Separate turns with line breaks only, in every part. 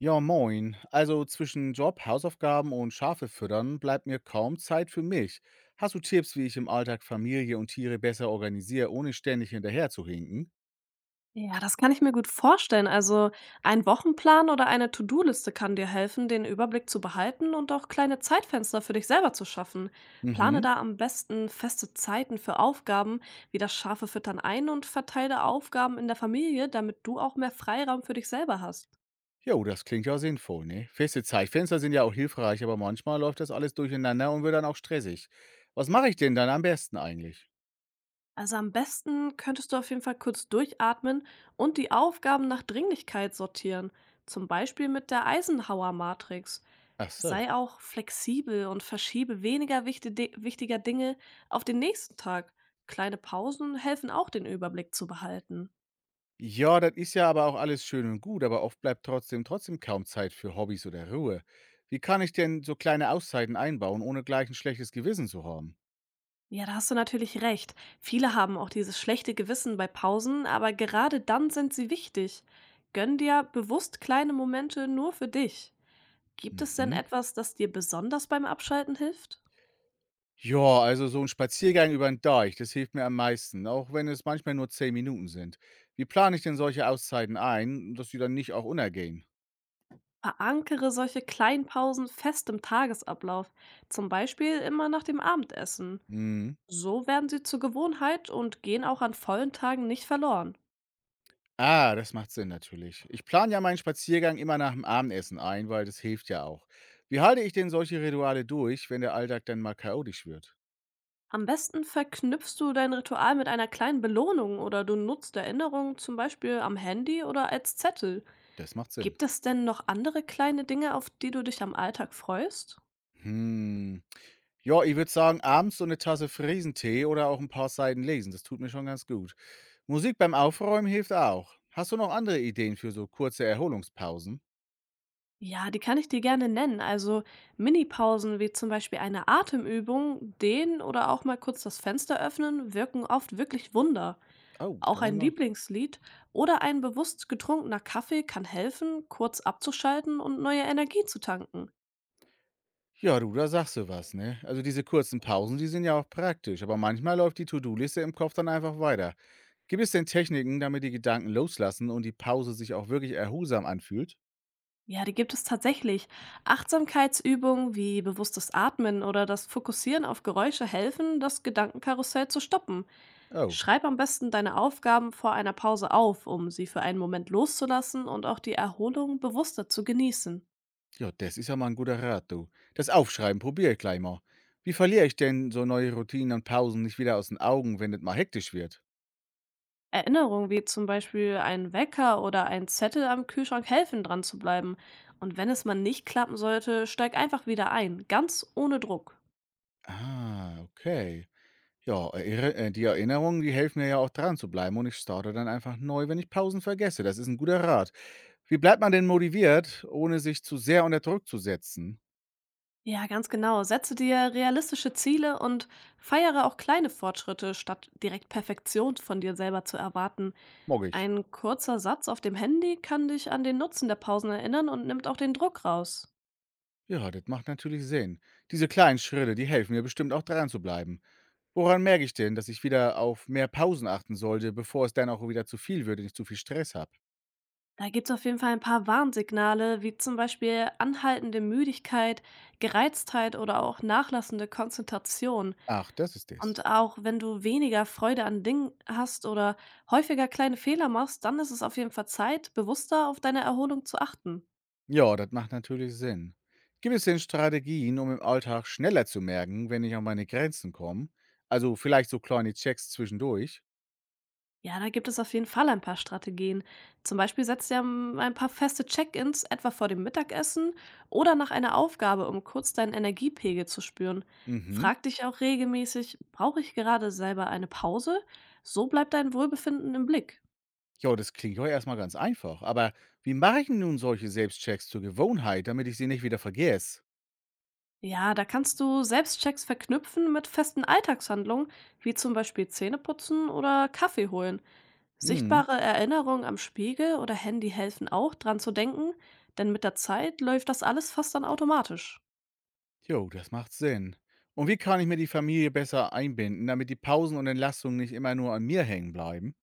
Ja, moin. Also zwischen Job, Hausaufgaben und Schafe füttern bleibt mir kaum Zeit für mich. Hast du Tipps, wie ich im Alltag Familie und Tiere besser organisiere, ohne ständig hinterher zu hinken?
Ja, das kann ich mir gut vorstellen. Also ein Wochenplan oder eine To-Do-Liste kann dir helfen, den Überblick zu behalten und auch kleine Zeitfenster für dich selber zu schaffen. Plane
Mhm.
da am besten feste Zeiten für Aufgaben wie das scharfe Füttern ein und verteile Aufgaben in der Familie, damit du auch mehr Freiraum für dich selber hast.
Jo, das klingt ja sinnvoll, ne? Feste Zeitfenster sind ja auch hilfreich, aber manchmal läuft das alles durcheinander und wird dann auch stressig. Was mache ich denn dann am besten eigentlich?
Also am besten könntest du auf jeden Fall kurz durchatmen und die Aufgaben nach Dringlichkeit sortieren. Zum Beispiel mit der Eisenhower-Matrix.
Ach so.
Sei auch flexibel und verschiebe weniger wichtiger Dinge auf den nächsten Tag. Kleine Pausen helfen auch, den Überblick zu behalten.
Ja, das ist ja aber auch alles schön und gut, aber oft bleibt trotzdem kaum Zeit für Hobbys oder Ruhe. Wie kann ich denn so kleine Auszeiten einbauen, ohne gleich ein schlechtes Gewissen zu haben?
Ja, da hast du natürlich recht. Viele haben auch dieses schlechte Gewissen bei Pausen, aber gerade dann sind sie wichtig. Gönn dir bewusst kleine Momente nur für dich. Gibt es denn
Mhm.
etwas, das dir besonders beim Abschalten hilft?
Ja, also so ein Spaziergang über den Deich, das hilft mir am meisten, auch wenn es manchmal nur 10 Minuten sind. Wie plane ich denn solche Auszeiten ein, dass sie dann nicht auch untergehen?
Verankere solche kleinen Pausen fest im Tagesablauf, zum Beispiel immer nach dem Abendessen.
Mhm.
So werden sie zur Gewohnheit und gehen auch an vollen Tagen nicht verloren.
Ah, das macht Sinn natürlich. Ich plane ja meinen Spaziergang immer nach dem Abendessen ein, weil das hilft ja auch. Wie halte ich denn solche Rituale durch, wenn der Alltag dann mal chaotisch wird?
Am besten verknüpfst du dein Ritual mit einer kleinen Belohnung oder du nutzt Erinnerungen zum Beispiel am Handy oder als Zettel.
Das macht Sinn.
Gibt es denn noch andere kleine Dinge, auf die du dich am Alltag freust?
Hm. Ja, ich würde sagen, abends so eine Tasse Friesentee oder auch ein paar Seiten lesen. Das tut mir schon ganz gut. Musik beim Aufräumen hilft auch. Hast du noch andere Ideen für so kurze Erholungspausen?
Ja, die kann ich dir gerne nennen. Also Mini-Pausen wie zum Beispiel eine Atemübung, Dehnen oder auch mal kurz das Fenster öffnen, wirken oft wirklich Wunder.
Oh, da
Auch
muss ich
ein
mal
Lieblingslied oder ein bewusst getrunkener Kaffee kann helfen, kurz abzuschalten und neue Energie zu tanken.
ja, du, da sagst du was, ne? Also, diese kurzen Pausen, die sind ja auch praktisch, aber manchmal läuft die To-do-Liste im Kopf dann einfach weiter. Gibt es denn Techniken, damit die Gedanken loslassen und die Pause sich auch wirklich erholsam anfühlt?
Ja, die gibt es tatsächlich. Achtsamkeitsübungen wie bewusstes Atmen oder das Fokussieren auf Geräusche helfen, das Gedankenkarussell zu stoppen.
Oh.
Schreib am besten deine Aufgaben vor einer Pause auf, um sie für einen Moment loszulassen und auch die Erholung bewusster zu genießen.
Ja, das ist ja mal ein guter Rat, du. Das Aufschreiben probiere ich gleich mal. Wie verliere ich denn so neue Routinen und Pausen nicht wieder aus den Augen, wenn es mal hektisch wird?
Erinnerungen wie zum Beispiel ein Wecker oder ein Zettel am Kühlschrank helfen, dran zu bleiben. Und wenn es mal nicht klappen sollte, steig einfach wieder ein, ganz ohne Druck.
Ah, okay. Ja, erier die Erinnerungen, die helfen mir ja auch dran zu bleiben und ich starte dann einfach neu, wenn ich Pausen vergesse. Das ist ein guter Rat. Wie bleibt man denn motiviert, ohne sich zu sehr unter Druck zu setzen?
Ja, ganz genau. Setze dir realistische Ziele und feiere auch kleine Fortschritte, statt direkt Perfektion von dir selber zu erwarten.
Mag ich.
Ein kurzer Satz auf dem Handy kann dich an den Nutzen der Pausen erinnern und nimmt auch den Druck raus.
Ja, das macht natürlich Sinn. Diese kleinen Schritte, die helfen mir bestimmt auch dran zu bleiben. Woran merke ich denn, dass ich wieder auf mehr Pausen achten sollte, bevor es dann auch wieder zu viel wird und ich zu viel Stress habe?
Da gibt es auf jeden Fall ein paar Warnsignale, wie zum Beispiel anhaltende Müdigkeit, Gereiztheit oder auch nachlassende Konzentration.
Ach, das ist es.
Und auch wenn du weniger Freude an Dingen hast oder häufiger kleine Fehler machst, dann ist es auf jeden Fall Zeit, bewusster auf deine Erholung zu achten.
Ja, das macht natürlich Sinn. Gibt es denn Strategien, um im Alltag schneller zu merken, wenn ich an meine Grenzen komme? Also vielleicht so kleine Checks zwischendurch?
Ja, da gibt es auf jeden Fall ein paar Strategien. Zum Beispiel setzt ihr ein paar feste Check-ins, etwa vor dem Mittagessen oder nach einer Aufgabe, um kurz deinen Energiepegel zu spüren.
Mhm.
Frag dich auch regelmäßig, brauche ich gerade selber eine Pause? So bleibt dein Wohlbefinden im Blick.
Ja, das klingt ja erstmal ganz einfach. Aber wie mache ich denn nun solche Selbstchecks zur Gewohnheit, damit ich sie nicht wieder vergesse?
Ja, da kannst du Selbstchecks verknüpfen mit festen Alltagshandlungen, wie zum Beispiel Zähneputzen oder Kaffee holen.
Mhm.
Sichtbare Erinnerungen am Spiegel oder Handy helfen auch, dran zu denken, denn mit der Zeit läuft das alles fast dann automatisch.
Jo, das macht Sinn. Und wie kann ich mir die Familie besser einbinden, damit die Pausen und Entlastungen nicht immer nur an mir hängen bleiben?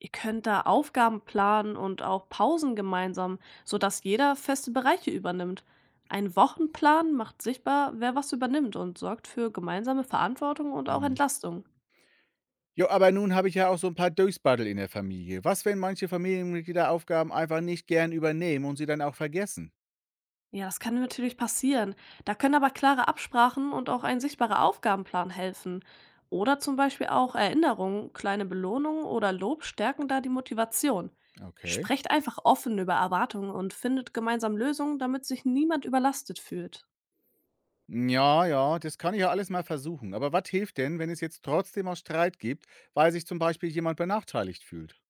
Ihr könnt da Aufgaben planen und auch Pausen gemeinsam, sodass jeder feste Bereiche übernimmt. Ein Wochenplan macht sichtbar, wer was übernimmt und sorgt für gemeinsame Verantwortung und auch
Mhm.
Entlastung.
Jo, aber nun habe ich ja auch so ein paar Durchspaddel in der Familie. Was, wenn manche Familienmitglieder Aufgaben einfach nicht gern übernehmen und sie dann auch vergessen?
Ja, das kann natürlich passieren. Da können aber klare Absprachen und auch ein sichtbarer Aufgabenplan helfen. Oder zum Beispiel auch Erinnerungen, kleine Belohnungen oder Lob stärken da die Motivation.
Okay.
Sprecht einfach offen über Erwartungen und findet gemeinsam Lösungen, damit sich niemand überlastet fühlt.
Ja, ja, das kann ich ja alles mal versuchen. Aber was hilft denn, wenn es jetzt trotzdem auch Streit gibt, weil sich zum Beispiel jemand benachteiligt fühlt?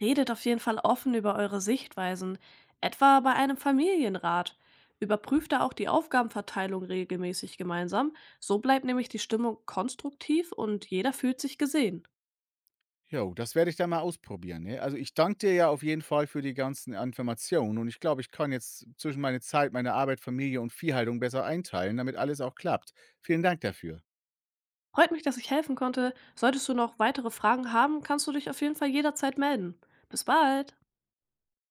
Redet auf jeden Fall offen über eure Sichtweisen, etwa bei einem Familienrat. Überprüft da auch die Aufgabenverteilung regelmäßig gemeinsam. So bleibt nämlich die Stimmung konstruktiv und jeder fühlt sich gesehen.
Jo, das werde ich dann mal ausprobieren, ne? Also, ich danke dir ja auf jeden Fall für die ganzen Informationen und ich glaube, ich kann jetzt zwischen meine Zeit, meine Arbeit, Familie und Viehhaltung besser einteilen, damit alles auch klappt. Vielen Dank dafür.
Freut mich, dass ich helfen konnte. Solltest du noch weitere Fragen haben, kannst du dich auf jeden Fall jederzeit melden. Bis bald!